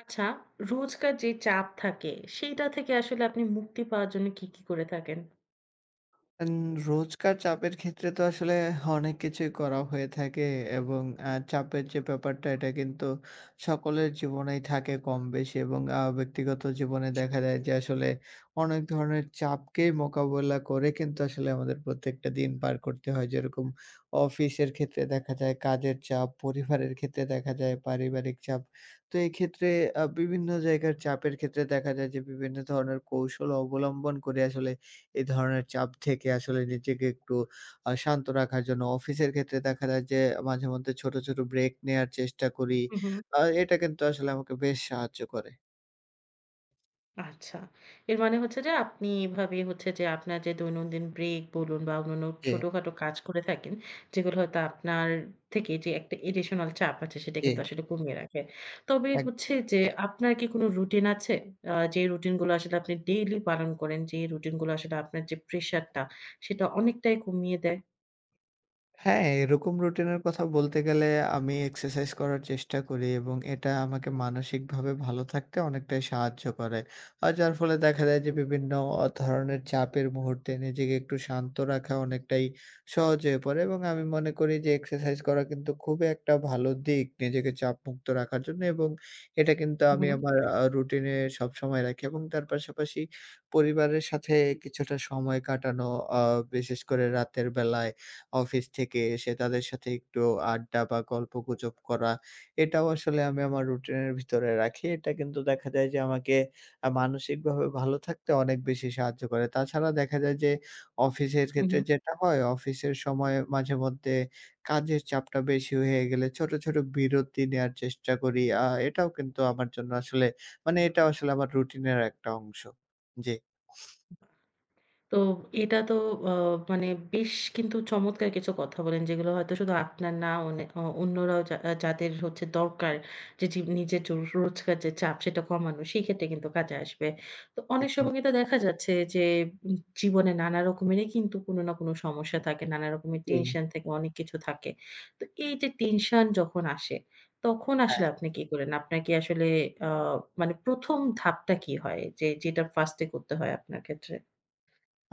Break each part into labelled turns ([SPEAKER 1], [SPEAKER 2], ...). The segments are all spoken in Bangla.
[SPEAKER 1] আচ্ছা, রোজকার যে চাপ থাকে সেইটা থেকে আসলে আপনি মুক্তি পাওয়ার জন্য কি করে থাকেন?
[SPEAKER 2] এন রোজকার চাপের ক্ষেত্রে তো আসলে অনেক কিছুই করা হয়ে থাকে এবং চাপের যে ব্যাপারটা এটা কিন্তু সকলের জীবনেই থাকে কম বেশি, এবং ব্যক্তিগত জীবনে দেখা যায় যে আসলে অনেক ধরনের চাপকেই মোকাবেলা করে কিন্তু আসলে আমাদের প্রত্যেকটা দিন পার করতে হয়। যেরকম অফিসের ক্ষেত্রে দেখা যায় কাজের চাপ, পরিবারের ক্ষেত্রে দেখা যায় পারিবারিক চাপ। তো এই ক্ষেত্রে বিভিন্ন জায়গার চাপের ক্ষেত্রে দেখা যায় যে বিভিন্ন ধরনের কৌশল অবলম্বন করে আসলে এই ধরনের চাপ থেকে আসলে নিজেকে একটু শান্ত রাখার জন্য অফিসের ক্ষেত্রে দেখা যায় যে মাঝেমধ্যে ছোট, ছোট ব্রেক নেয়ার চেষ্টা করি।
[SPEAKER 1] হু, হুম।
[SPEAKER 2] এটা কিন্তু আসলে আমাকে বেশ সাহায্য করে।
[SPEAKER 1] আচ্ছা। এর মানে হচ্ছে যে আপনি এভাবে হচ্ছে যে আপনার যে দৈনন্দিন ব্রেক বলুন বা অন্যান্য
[SPEAKER 2] জি,
[SPEAKER 1] ছোটখাটো কাজ করে থাকেন, যেগুলো হয়তো আপনার থেকে যে একটা এডিশনাল চাপ আছে সেটা
[SPEAKER 2] জি।
[SPEAKER 1] কিন্তু আসলে কমিয়ে রাখে। তবে
[SPEAKER 2] এক
[SPEAKER 1] হচ্ছে যে আপনার কি কোনো রুটিন আছে? যে রুটিন গুলো আসলে আপনি ডেইলি পালন করেন, যে রুটিন গুলো আসলে আপনার যে প্রেশারটা সেটা অনেকটাই কমিয়ে দেয়?
[SPEAKER 2] হ্যাঁ, এরকম রুটিনের কথা বলতে গেলে আমি এক্সারসাইজ করার চেষ্টা করি, এবং এটা আমাকে মানসিকভাবে ভালো থাকতে অনেকটাই সাহায্য করে। আর যার ফলে দেখা যায় যে বিভিন্ন ধরনের চাপের মুহূর্তে নিজেকে একটু শান্ত রাখা অনেকটাই সহজ হয়ে পড়ে, এবং আমি মনে করি যে এক্সারসাইজ করা কিন্তু খুবই একটা ভালো দিক নিজেকে চাপমুক্ত রাখার জন্য, এবং এটা কিন্তু
[SPEAKER 1] হু,
[SPEAKER 2] আমি
[SPEAKER 1] হুম।
[SPEAKER 2] আমার রুটিনে সবসময় রাখি। এবং তার পাশাপাশি পরিবারের সাথে কিছুটা সময় কাটানো, আ বিশেষ করে রাতের বেলায় অফিস থেকে এসে তাদের সাথে একটু আড্ডা বা গল্পগুজব করা। এটাও আসলে আমি আমার রুটিনের ভিতরে রাখি। এটা কিন্তু দেখা যায় যে আমাকে মানসিকভাবে ভালো থাকতে অনেক বেশি সাহায্য করে। তাছাড়া দেখা যায় যে অফিসের ক্ষেত্রে
[SPEAKER 1] উহু।
[SPEAKER 2] যেটা হয়, অফিসের সময় মাঝেমধ্যে কাজের চাপটা বেশি হয়ে গেলে ছোট, ছোট বিরতি নেয়ার চেষ্টা করি। এটাও কিন্তু আমার জন্য আসলে মানে এটাও আসলে আমার রুটিনের একটা অংশ। জি,
[SPEAKER 1] তো এটা তো আ মানে বেশ কিন্তু চমৎকার কিছু কথা বলেন, যেগুলো হয়তো শুধু আপনার না অনে অ অন্যরাও যা আ যাদের হচ্ছে দরকার যে জি নিজের জো রোজকার যে চাপ সেটা কমানো, সেই ক্ষেত্রে কিন্তু কাজে আসবে। তো অনেক
[SPEAKER 2] একদম।
[SPEAKER 1] সময় কিন্তু দেখা যাচ্ছে যে উম জীবনে নানা রকমেরই কিন্তু কোনো না কোনো সমস্যা থাকে, নানা রকমের
[SPEAKER 2] জি,
[SPEAKER 1] টেনশন থাকে, অনেক কিছু থাকে। তো এই যে টেনশন যখন আসে, তখন আসলে
[SPEAKER 2] হ্যাঁ।
[SPEAKER 1] আপনি কি করেন? আপনার কি আসলে আ মানে প্রথম ধাপটা কি হয়? যে যেটা ফার্স্ট এ করতে হয় আপনার ক্ষেত্রে?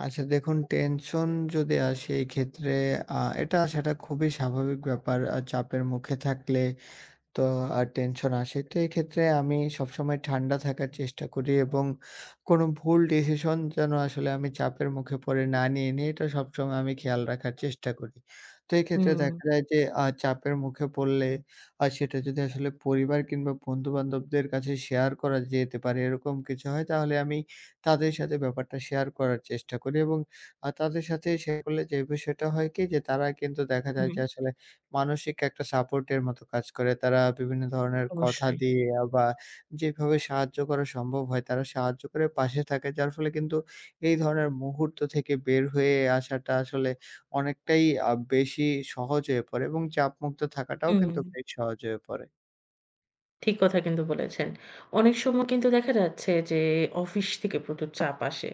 [SPEAKER 2] আচ্ছা, দেখুন, টেনশন যদি আসে এই ক্ষেত্রে আ এটা-সেটা খুবই স্বাভাবিক ব্যাপার। চাপের মুখে থাকলে তো আর টেনশন আসে। তো এক্ষেত্রে আমি সবসময় ঠান্ডা থাকার চেষ্টা করি, এবং কোনো ভুল ডিসিশন যেন আসলে আমি চাপের মুখে পড়ে না নিয়ে নিই, এটা সবসময় আমি খেয়াল রাখার চেষ্টা করি। তো এক্ষেত্রে
[SPEAKER 1] হুম।
[SPEAKER 2] দেখা যায় যে চাপের মুখে পড়লে সেটা যদি আসলে পরিবার কিংবা বন্ধু-বান্ধবদের কাছে শেয়ার করা যেতে পারে এরকম কিছু হয়, তাহলে আমি তাদের সাথে ব্যাপারটা শেয়ার করার চেষ্টা করি, এবং তাদের সাথে শেয়ার করলে যে বিষয়টা হয় কি, যে তারা কিন্তু দেখা যায়
[SPEAKER 1] হুম,
[SPEAKER 2] যে আসলে মানসিক একটা সাপোর্টের মতো কাজ করে। তারা বিভিন্ন ধরনের কথা
[SPEAKER 1] অবশ্যই।
[SPEAKER 2] দিয়ে বা যেভাবে সাহায্য করা সম্ভব হয় তারা সাহায্য করে, পাশে থাকে। যার ফলে কিন্তু এই ধরনের মুহূর্ত থেকে বের হয়ে আসাটা আসলে অনেকটাই বেশি সহজ হয়ে পড়ে, এবং চাপমুক্ত থাকাটাও
[SPEAKER 1] হুম,
[SPEAKER 2] কিন্তু বেশ সহজ হয়ে পড়ে।
[SPEAKER 1] ঠিক কথা কিন্তু বলেছেন। অনেক সময় কিন্তু দেখা যাচ্ছে যে অফিস থেকে প্রচুর চাপ আসে।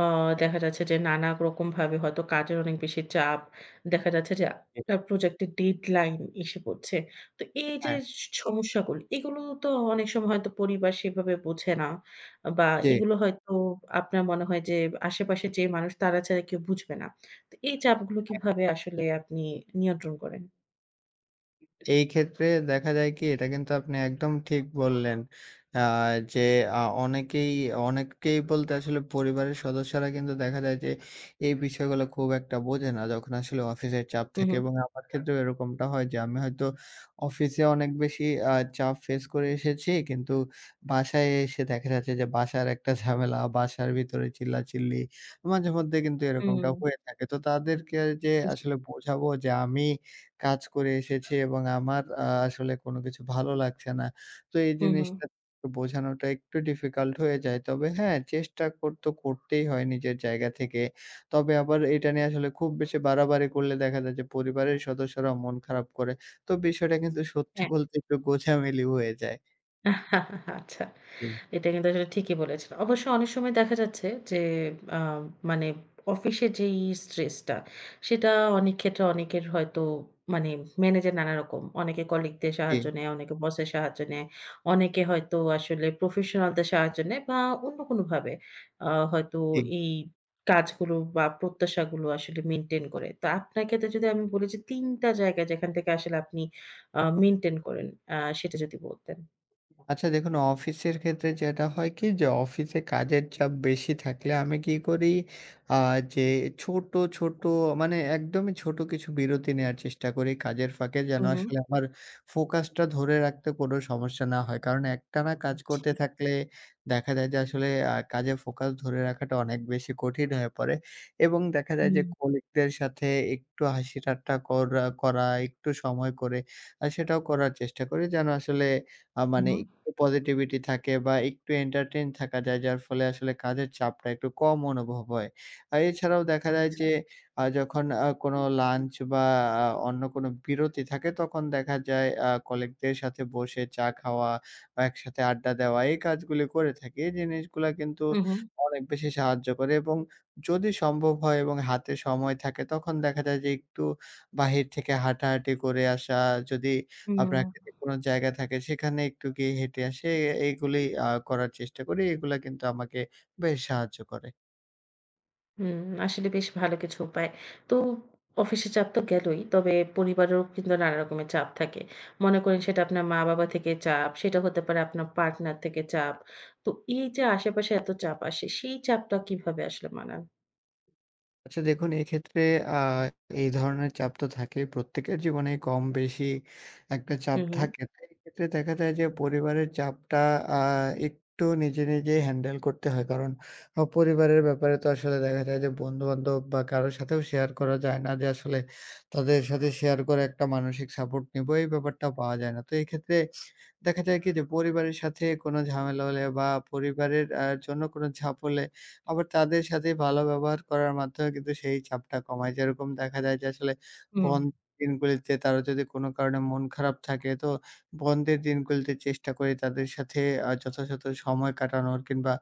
[SPEAKER 1] আ দেখা যাচ্ছে যে নানা রকমভাবে হয়তো কাজের অনেক বেশি চাপ। দেখা যাচ্ছে যে
[SPEAKER 2] জি,
[SPEAKER 1] আপনার প্রজেক্টের ডেডলাইন এসে পড়ছে। তো এই যে
[SPEAKER 2] হ্যাঁ,
[SPEAKER 1] সমস্যাগুলো, এগুলো তো অনেক সময় হয়তো পরিবার সেভাবে বোঝে না বা
[SPEAKER 2] জি।
[SPEAKER 1] এগুলো হয়তো আপনার মনে হয় যে আশেপাশে যে মানুষ তারা ছাড়া কেউ বুঝবে না। তো এই চাপগুলো কিভাবে আসলে আপনি নিয়ন্ত্রণ করেন?
[SPEAKER 2] এই ক্ষেত্রে দেখা যায় কি, এটা কিন্তু আপনি একদম ঠিক বললেন। আ যে অনেকেই অনেকেই বলতে আসলে পরিবারের সদস্যরা কিন্তু দেখা যায় যে এই বিষয়গুলো খুব একটা বোঝে না যখন আসলে অফিসের চাপ
[SPEAKER 1] হু,
[SPEAKER 2] থাকে,
[SPEAKER 1] হু,
[SPEAKER 2] এবং আমার ক্ষেত্রেও এরকমটা হয় যে আমি হয়তো অফিসে অনেক বেশি আ চাপ ফেস করে এসেছি, কিন্তু বাসায় এসে দেখা যাচ্ছে যে বাসার একটা ঝামেলা, বাসার ভিতরে চিল্লাচিল্লি মাঝেমধ্যে কিন্তু
[SPEAKER 1] হুম।
[SPEAKER 2] এরকমটা হয়ে থাকে। তো তাদেরকে যে আসলে বোঝাবো যে আমি কাজ করে এসেছি এবং আমার আসলে কোনো কিছু ভালো লাগছে না। তো এই
[SPEAKER 1] হুম, হুম।
[SPEAKER 2] জিনিসটা বোঝানোটা একটু ডিফিকাল্ট হয়ে যায়। তবে হ্যাঁ, চেষ্টা কর তো করতেই হয় নিজের জায়গা থেকে। তবে আবার এটা নিয়ে আসলে খুব বেশি বাড়াবাড়ি করলে দেখা যায় যে পরিবারের সদস্যরাও মন খারাপ করে। তো বিষয়টা কিন্তু সত্যি
[SPEAKER 1] হ্যাঁ।
[SPEAKER 2] বলতে একটু গোঁজামিল হয়ে যায়।
[SPEAKER 1] আচ্ছা।
[SPEAKER 2] জি,
[SPEAKER 1] এটা কিন্তু আসলে ঠিকই বলেছেন। অবশ্য অনেক সময় দেখা যাচ্ছে যে আ মানে অফিসে যেই স্ট্রেসটা, সেটা অনেক ক্ষেত্রে অনেকের হয়তো মানে ম্যানেজার নানা রকম। অনেকে কলিগদের
[SPEAKER 2] জি,
[SPEAKER 1] সাহায্য নেয়, অনেকে বসের সাহায্য নেয়। অনেকে হয়তো আসলে প্রফেশনালদের সাহায্য নেয় বা অন্য কোনোভাবে হয়তো
[SPEAKER 2] জি।
[SPEAKER 1] এই কাজগুলো বা প্রত্যাশাগুলো আসলে মেইনটেইন করে। তো আপনার ক্ষেত্রে যদি আমি বলি যে ৩ টা জায়গা যেখান থেকে আসলে আপনি মেইনটেইন করেন, সেটা যদি বলতেন?
[SPEAKER 2] আচ্ছা, দেখুন, অফিসের ক্ষেত্রে যেটা হয় কি, যে অফিসে কাজের চাপ বেশি থাকলে আমি কি করি, যে ছোট ছোট মানে একদমই ছোট কিছু বিরতি নেওয়ার চেষ্টা করি কাজের ফাঁকে, যেন
[SPEAKER 1] হুম,
[SPEAKER 2] আসলে আমার ফোকাসটা ধরে রাখতে কোনো সমস্যা না হয়। কারণ একটানা কাজ
[SPEAKER 1] আচ্ছা।
[SPEAKER 2] করতে থাকলে দেখা যায় যে আসলে কাজে ফোকাস ধরে রাখাটা অনেক বেশি কঠিন হয়ে পড়ে, এবং দেখা যায় যে
[SPEAKER 1] হুম।
[SPEAKER 2] কলিগদের সাথে একটু হাসি ঠাট্টা করা করা একটু সময় করে আর সেটাও করার চেষ্টা করি, যেন আসলে
[SPEAKER 1] হুম,
[SPEAKER 2] মানে
[SPEAKER 1] হুম।
[SPEAKER 2] একটু পজিটিভিটি থাকে বা একটু এন্টারটেইন থাকা যায়, যার ফলে আসলে কাজের চাপটা একটু কম অনুভব হয়। আর এছাড়াও দেখা যায়
[SPEAKER 1] আচ্ছা।
[SPEAKER 2] যে যখন কোনো লাঞ্চ বা অন্য কোনো বিরতি থাকে, তখন দেখা যায় কলিগদের সাথে বসে চা খাওয়া বা একসাথে আড্ডা দেওয়া, এই কাজগুলি করে থাকি। এই জিনিসগুলা কিন্তু
[SPEAKER 1] হুম, হুম।
[SPEAKER 2] অনেক বেশি সাহায্য করে। এবং যদি সম্ভব হয় এবং হাতে সময় থাকে, তখন দেখা যায় যে একটু বাহির থেকে হাঁটাহাঁটি করে আসা, যদি
[SPEAKER 1] হুম,
[SPEAKER 2] প্রাকৃতিক কোনো জায়গা থাকে সেখানে একটু গিয়ে হেঁটে আসে। এইগুলি করার চেষ্টা করি। এগুলা কিন্তু আমাকে বেশ সাহায্য করে।
[SPEAKER 1] হুম। আসলে বেশ ভালো কিছু উপায়। তো অফিসের চাপ তো গেলই। তবে পরিবারেও কিন্তু নানা রকমের চাপ থাকে। মনে করেন সেটা আপনার মা-বাবা থেকে চাপ, সেটা হতে পারে আপনার পার্টনার থেকে চাপ। তো এই যে আশেপাশে এত চাপ আসে, সেই চাপটা কিভাবে আসলে মানান?
[SPEAKER 2] আচ্ছা, দেখুন, এক্ষেত্রে আ এই ধরনের চাপ তো থাকে। প্রত্যেকের জীবনেই কম বেশি একটা চাপ
[SPEAKER 1] হুম, হুম।
[SPEAKER 2] থাকে। তো এক্ষেত্রে দেখা যায় যে পরিবারের চাপটা আ একটু নিজে নিজেই হ্যান্ডেল করতে হয়। কারণ পরিবারের ব্যাপারে তো আসলে দেখা যায় যে বন্ধু-বান্ধব বা কারো সাথেও শেয়ার করা যায় না, যে আসলে তাদের সাথে শেয়ার করে একটা মানসিক সাপোর্ট নিবো এই ব্যাপারটা পাওয়া যায় না। তো এক্ষেত্রে দেখা যায় কি, যে পরিবারের সাথে কোনো ঝামেলা হলে বা পরিবারের জন্য কোনো চাপ হলে আবার তাদের সাথে ভালো ব্যবহার করার মাধ্যমে কিন্তু সেই চাপটা কমায়। যেরকম দেখা যায় যে আসলে
[SPEAKER 1] হুম,
[SPEAKER 2] বন্ধের দিনগুলিতে তারা যদি কোনো কারণে মন খারাপ থাকে, তো বন্ধের দিনগুলিতে চেষ্টা করি তাদের সাথে যথাযথ সময় কাটানোর, কিংবা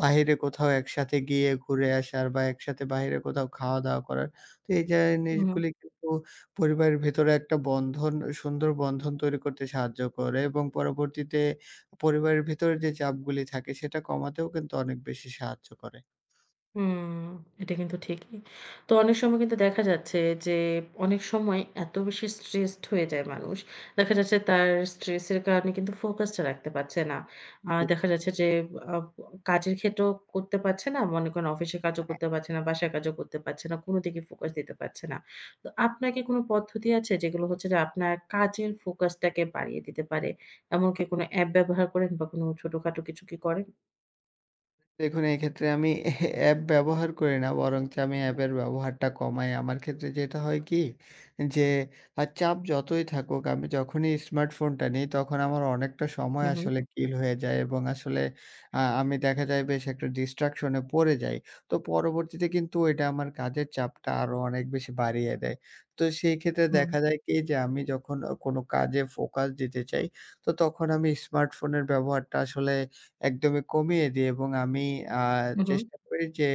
[SPEAKER 2] বাহিরে কোথাও একসাথে গিয়ে ঘুরে আসার, বা একসাথে বাহিরে কোথাও খাওয়া-দাওয়া করার। তো এই
[SPEAKER 1] হুম।
[SPEAKER 2] জিনিসগুলি কিন্তু পরিবারের ভেতরে একটা বন্ধন, সুন্দর বন্ধন তৈরি করতে সাহায্য করে, এবং পরবর্তীতে পরিবারের ভেতরে যে চাপগুলি থাকে সেটা কমাতেও কিন্তু অনেক বেশি সাহায্য করে।
[SPEAKER 1] হুম, এটা কিন্তু ঠিকই। তো অনেক সময় কিন্তু দেখা যাচ্ছে যে, অনেক সময় এত বেশি স্ট্রেসড হয়ে যায় মানুষ। দেখা যাচ্ছে তার স্ট্রেসের কারণে কিন্তু ফোকাসটা রাখতে পারছে না। হুম। আর দেখা যাচ্ছে যে আ কাজের ক্ষেত্রেও করতে পারছে না। মনে করেন অফিসের কাজও করতে পারছে না, বাসার কাজও করতে পারছে না। কোনো দিকে ফোকাস দিতে পারছে না। তো আপনার কি কোনো পদ্ধতি আছে যেগুলো হচ্ছে যে আপনার কাজের ফোকাসটাকে বাড়িয়ে দিতে পারে? এমনকি কোনো অ্যাপ ব্যবহার করেন বা কোনো ছোটখাটো কিছু কি করেন?
[SPEAKER 2] দেখুন, এই ক্ষেত্রে আমি অ্যাপ ব্যবহার করি না। বরঞ্চ আমি অ্যাপের ব্যবহারটা কমাই। আমার ক্ষেত্রে যেটা হয় কি? যে চাপ যতই থাকুক, আমি যখনই স্মার্টফোনটা নিই, তখন আমার অনেকটা সময়
[SPEAKER 1] হুম, হুম।
[SPEAKER 2] আসলে কিল হয়ে যায়, এবং আসলে আমি দেখা যায় বেশ একটা ডিস্ট্রাকশন এ পড়ে যাই। তো পরবর্তীতে কিন্তু এটা আমার কাজের চাপটা আরো অনেক বেশি বাড়িয়ে দেয়। তো সেই ক্ষেত্রে
[SPEAKER 1] হুম,
[SPEAKER 2] দেখা যায় কি? যে আমি যখন কোনো কাজে ফোকাস দিতে চাই, তো তখন আমি স্মার্টফোনের ব্যবহারটা আসলে একদমই কমিয়ে দিই, এবং আমি আ
[SPEAKER 1] হু, হু,
[SPEAKER 2] চেষ্টা করি যে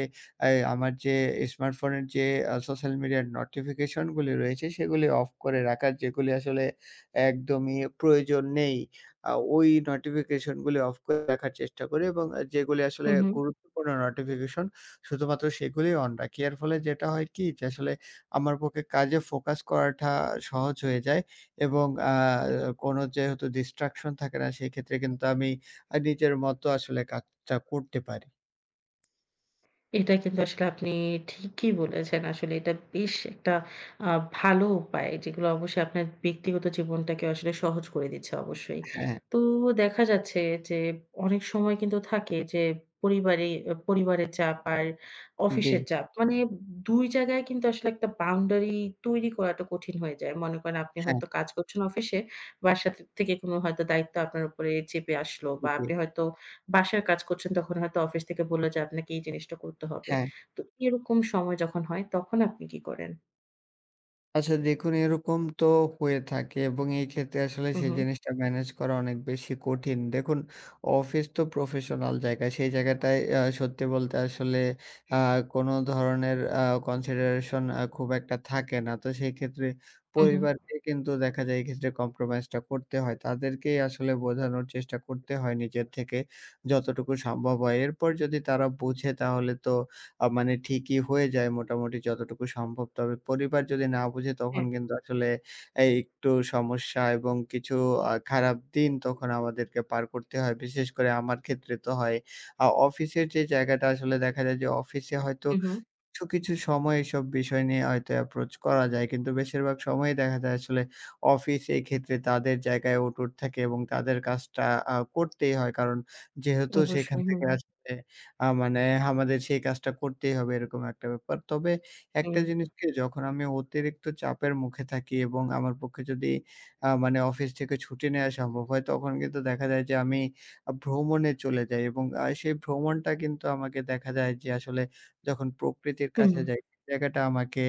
[SPEAKER 2] এই আমার যে স্মার্টফোনের যে সোশ্যাল মিডিয়ার নোটিফিকেশন গুলি রয়েছে সেগুলি অফ করে রাখার, যেগুলি আসলে একদমই প্রয়োজন নেই। ওই নোটিফিকেশন গুলি অফ করে রাখার চেষ্টা করি, এবং যেগুলি
[SPEAKER 1] হু,
[SPEAKER 2] আসলে
[SPEAKER 1] হু।
[SPEAKER 2] গুরুত্বপূর্ণ নোটিফিকেশন শুধুমাত্র সেগুলি অন রাখি। এর ফলে যেটা হয় কি, যে আসলে আমার পক্ষে কাজে ফোকাস করাটা সহজ হয়ে যায়, এবং কোনো যেহেতু ডিস্ট্রাকশন থাকে না সেক্ষেত্রে কিন্তু আমি নিজের মতো আসলে কাজটা করতে পারি।
[SPEAKER 1] এটা কিন্তু আসলে আপনি ঠিকই বলেছেন। আসলে এটা বেশ একটা আ ভালো উপায়। যেগুলো অবশ্যই আপনার ব্যক্তিগত জীবনটাকে আসলে সহজ করে দিচ্ছে অবশ্যই।
[SPEAKER 2] হ্যাঁ, হ্যাঁ,
[SPEAKER 1] তো দেখা যাচ্ছে যে অনেক সময় কিন্তু থাকে যে পরিবারে পরিবারের চাপ আর
[SPEAKER 2] জি,
[SPEAKER 1] অফিসের চাপ। মানে ২ জায়গায় কিন্তু আসলে একটা বাউন্ডারি তৈরি করাটা কঠিন হয়ে যায়। মনে করেন আপনি
[SPEAKER 2] হ্যাঁ,
[SPEAKER 1] হয়তো কাজ করছেন অফিসে, বাসা থে থেকে কোনো হয়তো দায়িত্ব আপনার উপরে চেপে আসলো
[SPEAKER 2] জি,
[SPEAKER 1] বা
[SPEAKER 2] জি।
[SPEAKER 1] আপনি হয়তো বাসার কাজ করছেন তখন হয়তো অফিস থেকে বলল যে আপনাকে এই জিনিসটা করতে হবে।
[SPEAKER 2] হ্যাঁ।
[SPEAKER 1] তো এরকম সময় যখন হয় তখন আপনি কি করেন?
[SPEAKER 2] আচ্ছা, দেখুন, এরকম তো হয়ে থাকে, এবং এই ক্ষেত্রে আসলে
[SPEAKER 1] হু,
[SPEAKER 2] সেই
[SPEAKER 1] হু,
[SPEAKER 2] জিনিসটা ম্যানেজ করা অনেক বেশি কঠিন। দেখুন, অফিস তো প্রফেশনাল জায়গা। সেই জায়গাটায় সত্যি বলতে আসলে আ কোনো ধরনের কনসিডারেশন খুব একটা থাকে না। তো সেই ক্ষেত্রে
[SPEAKER 1] হু, হু।
[SPEAKER 2] পরিবারকে কিন্তু দেখা যায় এই ক্ষেত্রে কম্প্রোমাইজটা করতে হয়। তাদেরকেই আসলে বোঝানোর চেষ্টা করতে হয় নিজের থেকে যতটুকু সম্ভব হয়। এরপর যদি তারা বোঝে তাহলে তো মানে ঠিকই হয়ে যায় মোটামুটি যতটুকু সম্ভব। তবে পরিবার যদি না বুঝে
[SPEAKER 1] হ্যাঁ,
[SPEAKER 2] তখন কিন্তু আসলে এই একটু সমস্যা, এবং কিছু খারাপ দিন তখন আমাদেরকে পার করতে হয়। বিশেষ করে আমার ক্ষেত্রে তো হয়। অফিসের যে জায়গাটা আসলে দেখা যায় যে অফিসে হয়তো
[SPEAKER 1] হু, হু।
[SPEAKER 2] কিছু, কিছু সময় এসব বিষয় নিয়ে হয়তো অ্যাপ্রোচ করা যায়। কিন্তু বেশিরভাগ সময়ই দেখা যায় আসলে অফিস এই ক্ষেত্রে তাদের জায়গায় অটুট থাকে, এবং তাদের কাজটা করতেই হয়। কারণ যেহেতু সেখান
[SPEAKER 1] অবশ্যই। হু,
[SPEAKER 2] থেকে
[SPEAKER 1] হু।
[SPEAKER 2] আসলে মানে আমাদের সেই কাজটা করতেই হবে, এরকম একটা ব্যাপার। তবে একটা
[SPEAKER 1] হুম।
[SPEAKER 2] জিনিস কি, যখন আমি অতিরিক্ত চাপের মুখে থাকি এবং আমার পক্ষে যদি মানে অফিস থেকে ছুটি নেওয়া সম্ভব হয়, তখন কিন্তু দেখা যায় যে আমি ভ্রমণে চলে যাই, এবং সেই ভ্রমণটা কিন্তু আমাকে দেখা যায় যে আসলে, যখন প্রকৃতির
[SPEAKER 1] হুম।
[SPEAKER 2] কাছে যাই, সেই জায়গাটা আমাকে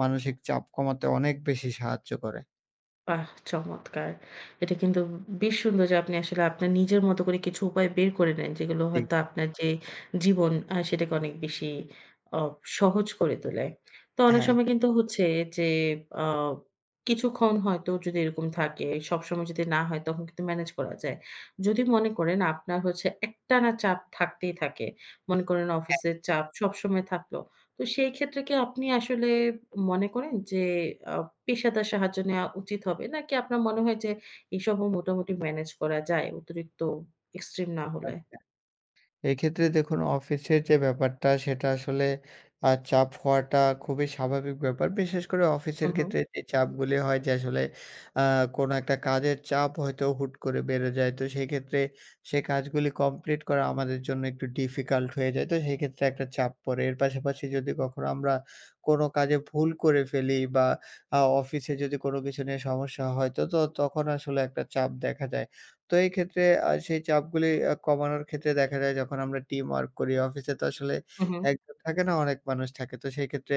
[SPEAKER 2] মানসিক চাপ কমাতে অনেক বেশি সাহায্য করে।
[SPEAKER 1] বাহ! চমৎকার। এটা কিন্তু বেশ সুন্দর যে আপনি আসলে আপনার নিজের মতো করে কিছু উপায় বের করে নেন, যেগুলো
[SPEAKER 2] জি,
[SPEAKER 1] হয়তো আপনার যে জীবন সেটাকে অনেক বেশি অ সহজ করে তোলে। তো অনেক
[SPEAKER 2] হ্যাঁ।
[SPEAKER 1] সময় কিন্তু হচ্ছে যে আ কিছুক্ষণ হয়তো যদি এরকম থাকে, সবসময় যদি না হয় তখন কিন্তু ম্যানেজ করা যায়। যদি মনে করেন আপনার হচ্ছে একটানা চাপ থাকতেই থাকে। মনে করেন অফিসের চাপ সবসময় থাকলো। তো সেই ক্ষেত্রে কি আপনি আসলে মনে করেন যে আ পেশাদার সাহায্য নেওয়া উচিত হবে? নাকি আপনার মনে হয় যে এসবও মোটামুটি ম্যানেজ করা যায় অতিরিক্ত এক্সট্রিম না হলে?
[SPEAKER 2] এক্ষেত্রে দেখুন, অফিসের যে ব্যাপারটা সেটা আসলে চাপ হওয়াটা খুবই স্বাভাবিক ব্যাপার। বিশেষ করে
[SPEAKER 1] হু,
[SPEAKER 2] অফিসের
[SPEAKER 1] হু,
[SPEAKER 2] ক্ষেত্রে যে চাপগুলি হয় যে আসলে আ কোনো একটা কাজের চাপ হয়তো হুট করে বেড়ে যায়। তো সেক্ষেত্রে সে কাজগুলি কমপ্লিট করা আমাদের জন্য একটু ডিফিকাল্ট হয়ে যায়। তো সেক্ষেত্রে একটা চাপ পড়ে। এর পাশাপাশি যদি কখনো আমরা কোনো কাজে ভুল করে ফেলি বা অফিসে যদি কোনো কিছু নিয়ে সমস্যা হয় তো, তো তখন আসলে একটা চাপ দেখা যায়। তো এই ক্ষেত্রে সেই চাপগুলি কমানোর ক্ষেত্রে দেখা যায় যখন আমরা টিম ওয়ার্ক করি, অফিসে তো আসলে
[SPEAKER 1] হু, হু।
[SPEAKER 2] একজন থাকে না, অনেক মানুষ থাকে। তো সেই ক্ষেত্রে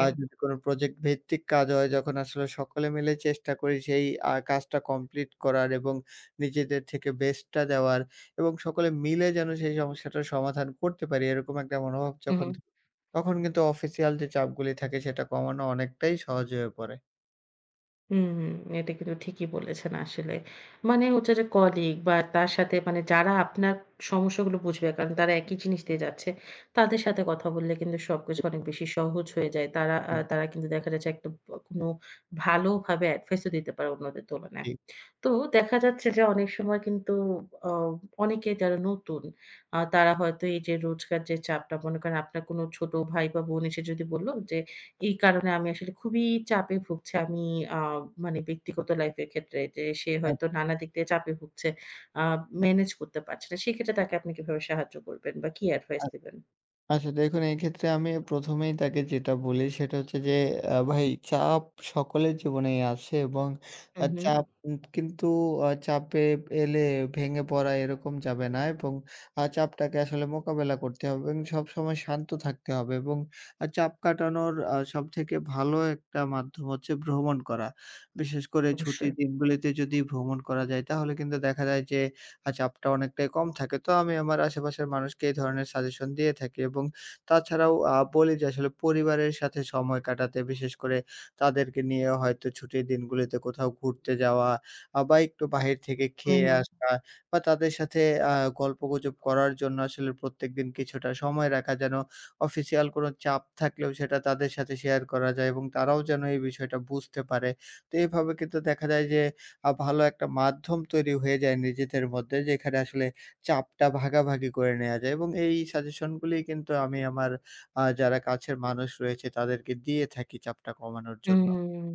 [SPEAKER 2] যদি কোনো প্রজেক্ট ভিত্তিক কাজ হয়, যখন আসলে সকলে মিলে চেষ্টা করি সেই কাজটা কমপ্লিট করার এবং নিজেদের থেকে বেস্টটা দেওয়ার, এবং সকলে মিলে যেন সেই সমস্যাটার সমাধান করতে পারি, এরকম একটা মনোভাব
[SPEAKER 1] হু, হু।
[SPEAKER 2] যখন থাকে, তখন কিন্তু অফিসিয়াল যে চাপগুলি থাকে সেটা কমানো অনেকটাই সহজ হয়ে পড়ে।
[SPEAKER 1] হুম, এটা কিন্তু ঠিকই বলেছেন আসলে। মানে হচ্ছে যে কলিগ বা তার সাথে মানে যারা আপনার সমস্যাগুলো বুঝবে কারণ তারা একই জিনিস দিয়ে যাচ্ছে। তাদের সাথে কথা বললে কিন্তু সবকিছু অনেক বেশি সহজ হয়ে যায়। তারা কিন্তু দেখা যাচ্ছে একটা কোনো ভালোভাবে এডভাইসও দিতে পারে অন্যদের তুলনায়।
[SPEAKER 2] জি,
[SPEAKER 1] তো দেখা যাচ্ছে যে অনেক সময় কিন্তু অ অনেকে যারা নতুন তারা হয়তো এই যে রোজকার যে চাপটা মনে করেন আপনার কোনো ছোট ভাই বা বোন এসে যদি বলল যে, "এই কারণে আমি আসলে খুবই চাপে ভুগছি। আমি আ মানে ব্যক্তিগত লাইফের ক্ষেত্রে যে সে
[SPEAKER 2] জি।
[SPEAKER 1] হয়তো নানা দিক দিয়ে চাপে ভুগছে। আ মেনেজ করতে পারছে না।" সেক্ষেত্রে তাকে আপনি কিভাবে সাহায্য করবেন বা কি অ্যাডভাইস দিবেন?
[SPEAKER 2] আচ্ছা, দেখুন, এক্ষেত্রে আমি ১ম এই তাকে যেটা বলি সেটা হচ্ছে যে, ভাই, চাপ সকলের জীবনেই আছে, এবং
[SPEAKER 1] হু, হু।
[SPEAKER 2] আচ্ছা। চাপ কিন্তু চাপে এলে ভেঙে পড়া এরকম যাবে না, এবং চাপটাকে আসলে মোকাবেলা করতে হবে, এবং সবসময় শান্ত থাকতে হবে, এবং চাপ কাটানোর সবথেকে ভালো একটা মাধ্যম হচ্ছে ভ্রমণ করা। বিশেষ করে
[SPEAKER 1] অবশ্যই।
[SPEAKER 2] ছুটির দিনগুলিতে যদি ভ্রমণ করা যায় তাহলে কিন্তু দেখা যায় যে চাপটা অনেকটাই কম থাকে। তো আমি আমার আশেপাশের মানুষকে এই ধরনের সাজেশন দিয়ে থাকি, এবং তাছাড়াও বলি যে আসলে পরিবারের সাথে সময় কাটাতে, বিশেষ করে তাদেরকে নিয়ে হয়তো ছুটির দিনগুলিতে কোথাও ঘুরতে যাওয়া, বা একটু বাহির থেকে
[SPEAKER 1] হু,
[SPEAKER 2] খেয়ে
[SPEAKER 1] হু।
[SPEAKER 2] আসা, বা তাদের সাথে আ গল্পগুজব করার জন্য আসলে প্রত্যেকদিন কিছুটা সময় রাখা, যেন অফিসিয়াল কোনো চাপ থাকলেও সেটা তাদের সাথে শেয়ার করা যায় এবং তারাও যেন এই বিষয়টা বুঝতে পারে। তো এভাবে কিন্তু দেখা যায় যে ভালো একটা মাধ্যম তৈরি হয়ে যায় নিজেদের মধ্যে, যেখানে আসলে চাপটা ভাগাভাগি করে নেয়া যায়, এবং এই সাজেশনগুলি কিন্তু আমি আমার যারা কাছের মানুষ রয়েছে তাদেরকে দিয়ে থাকি চাপটা কমানোর জন্য।
[SPEAKER 1] হুম,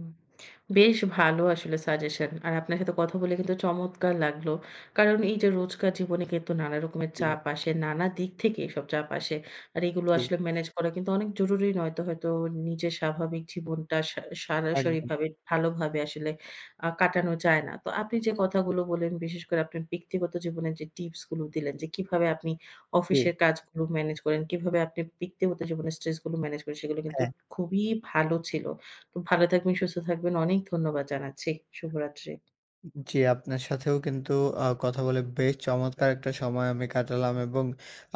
[SPEAKER 1] বেশ ভালো আসলে সাজেশন। আর আপনার সাথে কথা বলে কিন্তু চমৎকার লাগলো। কারণ এই যে রোজকার জীবনে কিন্তু নানা রকমের
[SPEAKER 2] জি,
[SPEAKER 1] চাপ আসে, নানা দিক থেকে এসব চাপ আসে। আর এগুলো
[SPEAKER 2] জি,
[SPEAKER 1] আসলে ম্যানেজ করা কিন্তু অনেক জরুরি নয়তো হয়তো নিজের স্বাভাবিক জীবনটা
[SPEAKER 2] একদম।
[SPEAKER 1] সরাসরিভাবে ভালোভাবে আসলে কাটানো যায় না। তো আপনি যে কথাগুলো বললেন, বিশেষ করে আপনার ব্যক্তিগত জীবনের যে টিপস গুলো দিলেন যে কিভাবে আপনি
[SPEAKER 2] জি,
[SPEAKER 1] অফিসের কাজগুলো ম্যানেজ করেন, কিভাবে আপনি ব্যক্তিগত জীবনের স্ট্রেস গুলো ম্যানেজ করেন সেগুলো কিন্তু
[SPEAKER 2] হ্যাঁ।
[SPEAKER 1] খুবই ভালো ছিল। তো ভালো থাকবেন, সুস্থ থাকবেন। অনেক ধন্যবাদ জানাচ্ছি। শুভরাত্রি।
[SPEAKER 2] জি, আপনার সাথেও কিন্তু কথা বলে বেশ চমৎকার একটা সময় আমি কাটালাম, এবং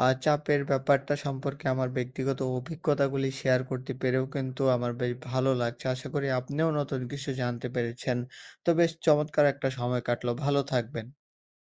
[SPEAKER 2] চাপের ব্যাপারটা সম্পর্কে আমার ব্যক্তিগত অভিজ্ঞতাগুলি শেয়ার করতে পেরেও কিন্তু আমার বেশ ভালো লাগছে। আশা করি আপনিও নতুন কিছু জানতে পেরেছেন। তো বেশ চমৎকার একটা সময় কাটলো। ভালো থাকবেন।